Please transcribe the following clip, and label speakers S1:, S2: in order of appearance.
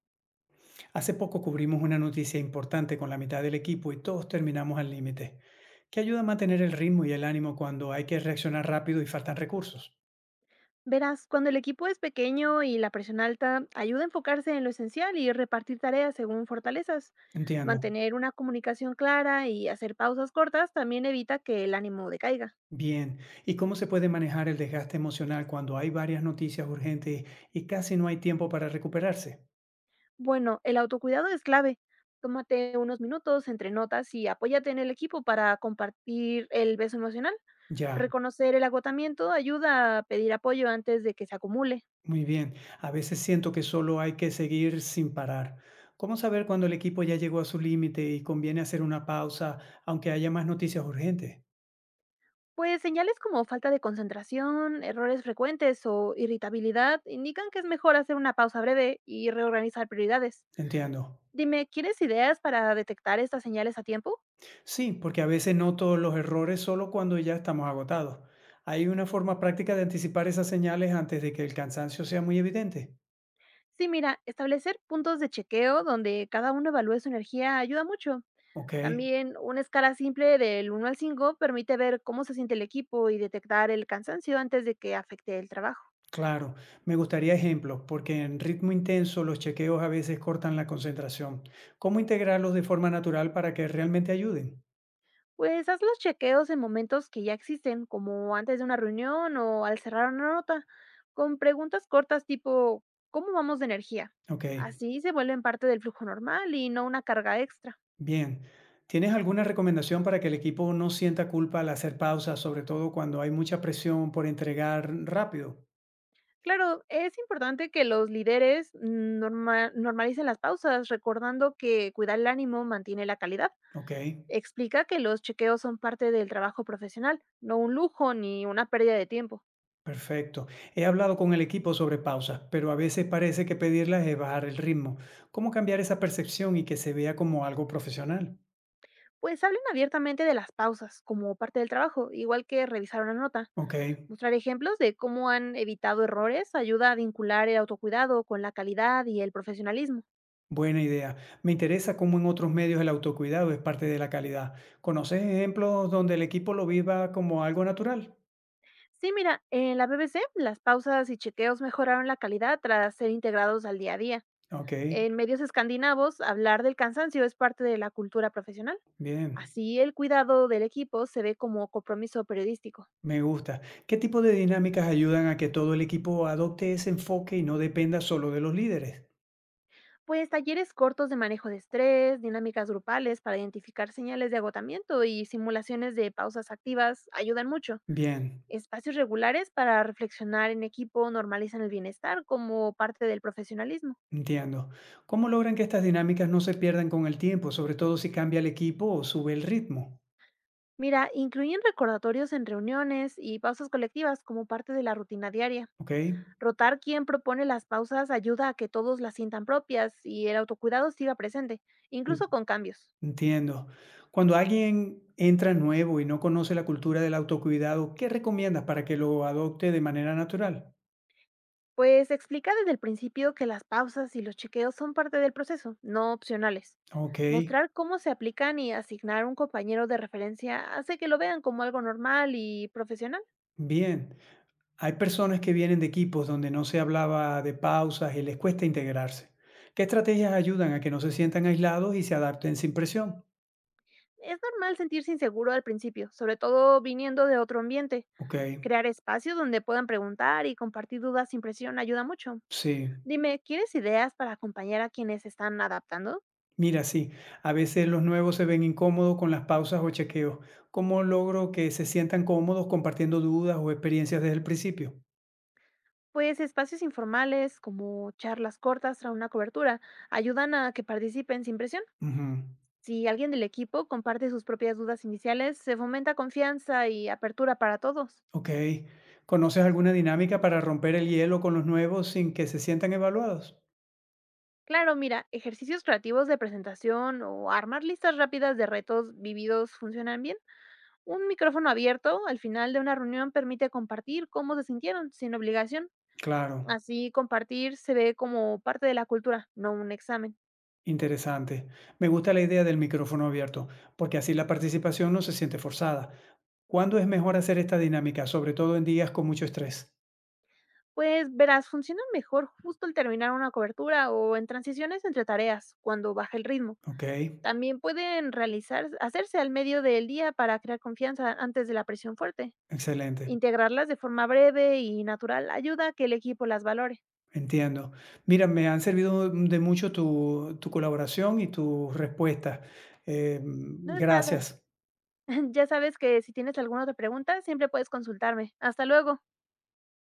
S1: Hace poco cubrimos una noticia importante con la mitad del equipo y todos terminamos al límite. ¿Qué ayuda a mantener el ritmo y el ánimo cuando hay que reaccionar rápido y faltan recursos?
S2: Verás, cuando el equipo es pequeño y la presión alta, ayuda a enfocarse en lo esencial y repartir tareas según fortalezas.
S1: Entiendo.
S2: Mantener una comunicación clara y hacer pausas cortas también evita que el ánimo decaiga.
S1: Bien. ¿Y cómo se puede manejar el desgaste emocional cuando hay varias noticias urgentes y casi no hay tiempo para recuperarse?
S2: Bueno, el autocuidado es clave. Tómate unos minutos entre notas y apóyate en el equipo para compartir el beso emocional.
S1: Ya,
S2: Reconocer el agotamiento ayuda a pedir apoyo antes de que se acumule.
S1: muy bien. A veces siento que solo hay que seguir sin parar. ¿Cómo saber cuando el equipo ya llegó a su límite y conviene hacer una pausa aunque haya más noticias urgentes?
S2: Pues señales como falta de concentración, errores frecuentes o irritabilidad indican que es mejor hacer una pausa breve y reorganizar prioridades.
S1: Entiendo.
S2: Dime, ¿quieres ideas para detectar estas señales a tiempo?
S1: Sí, porque a veces noto los errores solo cuando ya estamos agotados. ¿Hay una forma práctica de anticipar esas señales antes de que el cansancio sea muy evidente?
S2: Sí, mira, establecer puntos de chequeo donde cada uno evalúe su energía ayuda mucho.
S1: Ok,
S2: También una escala simple del uno al 5 permite ver cómo se siente el equipo y detectar el cansancio antes de que afecte el trabajo.
S1: claro. Me gustaría ejemplos, porque en ritmo intenso los chequeos a veces cortan la concentración. ¿Cómo integrarlos de forma natural para que realmente ayuden?
S2: Pues haz los chequeos en momentos que ya existen, como antes de una reunión o al cerrar una nota, con preguntas cortas tipo ¿cómo vamos de energía?
S1: Ok,
S2: Así se vuelven parte del flujo normal y no una carga extra.
S1: bien. ¿Tienes alguna recomendación para que el equipo no sienta culpa al hacer pausas, sobre todo cuando hay mucha presión por entregar rápido?
S2: Claro, es importante que los líderes normalicen las pausas, recordando que cuidar el ánimo mantiene la calidad.
S1: Ok.
S2: Explica que los chequeos son parte del trabajo profesional, no un lujo ni una pérdida de tiempo.
S1: Perfecto. He hablado con el equipo sobre pausas, pero a veces parece que pedirlas es bajar el ritmo. ¿Cómo cambiar esa percepción y que se vea como algo profesional?
S2: Pues hablen abiertamente de las pausas como parte del trabajo, igual que revisar una nota.
S1: Ok,
S2: Mostrar ejemplos de cómo han evitado errores ayuda a vincular el autocuidado con la calidad y el profesionalismo.
S1: buena idea. Me interesa cómo en otros medios el autocuidado es parte de la calidad. ¿Conoces ejemplos donde el equipo lo viva como algo natural?
S2: Sí, mira, en la BBC las pausas y chequeos mejoraron la calidad tras ser integrados al día a día.
S1: Ok,
S2: En medios escandinavos, hablar del cansancio es parte de la cultura profesional.
S1: bien,
S2: Así, el cuidado del equipo se ve como compromiso periodístico.
S1: me gusta. ¿Qué tipo de dinámicas ayudan a que todo el equipo adopte ese enfoque y no dependa solo de los líderes?
S2: Pues talleres cortos de manejo de estrés, dinámicas grupales para identificar señales de agotamiento y simulaciones de pausas activas ayudan mucho.
S1: Bien.
S2: Espacios regulares para reflexionar en equipo normalizan el bienestar como parte del profesionalismo.
S1: Entiendo. ¿Cómo logran que estas dinámicas no se pierdan con el tiempo, sobre todo si cambia el equipo o sube el ritmo?
S2: Mira, incluyen recordatorios en reuniones y pausas colectivas como parte de la rutina diaria.
S1: ¿Ok?
S2: Rotar quien propone las pausas ayuda a que todos las sientan propias y el autocuidado siga presente,
S1: En-
S2: incluso con cambios.
S1: Entiendo. Cuando alguien entra nuevo y no conoce la cultura del autocuidado, ¿qué recomiendas para que lo adopte de manera natural?
S2: Pues explica desde el principio que las pausas y los chequeos son parte del proceso, no opcionales.
S1: Ok,
S2: Mostrar cómo se aplican y asignar un compañero de referencia hace que lo vean como algo normal y profesional.
S1: bien. Hay personas que vienen de equipos donde no se hablaba de pausas y les cuesta integrarse. ¿Qué estrategias ayudan a que no se sientan aislados y se adapten sin presión?
S2: Es normal sentirse inseguro al principio, sobre todo viniendo de otro ambiente.
S1: Ok,
S2: Crear espacios donde puedan preguntar y compartir dudas sin presión ayuda mucho.
S1: sí.
S2: Dime, ¿quieres ideas para acompañar a quienes están adaptando?
S1: Mira, sí, a veces los nuevos se ven incómodos con las pausas o chequeos. ¿Cómo logro que se sientan cómodos compartiendo dudas o experiencias desde el principio?
S2: Pues espacios informales como charlas cortas tras una cobertura ayudan a que participen sin presión.
S1: Ujú,
S2: Si alguien del equipo comparte sus propias dudas iniciales, se fomenta confianza y apertura para todos.
S1: Ok. ¿Conoces alguna dinámica para romper el hielo con los nuevos sin que se sientan evaluados?
S2: Claro, mira, ejercicios creativos de presentación o armar listas rápidas de retos vividos funcionan bien. Un micrófono abierto al final de una reunión permite compartir cómo se sintieron, sin obligación.
S1: Claro,
S2: Así compartir se ve como parte de la cultura, no un examen.
S1: interesante. Me gusta la idea del micrófono abierto, porque así la participación no se siente forzada. ¿Cuándo es mejor hacer esta dinámica, sobre todo en días con mucho estrés?
S2: Pues verás, funciona mejor justo al terminar una cobertura o en transiciones entre tareas, cuando baja el ritmo.
S1: Ok,
S2: También pueden realizar, hacerse al medio del día para crear confianza antes de la presión fuerte.
S1: excelente.
S2: Integrarlas de forma breve y natural ayuda a que el equipo las valore.
S1: Entiendo. Mira, me han servido de mucho tu colaboración y tus respuestas.
S2: No es nada.
S1: Gracias.
S2: Ya sabes que si tienes alguna otra pregunta, siempre puedes consultarme. Hasta luego.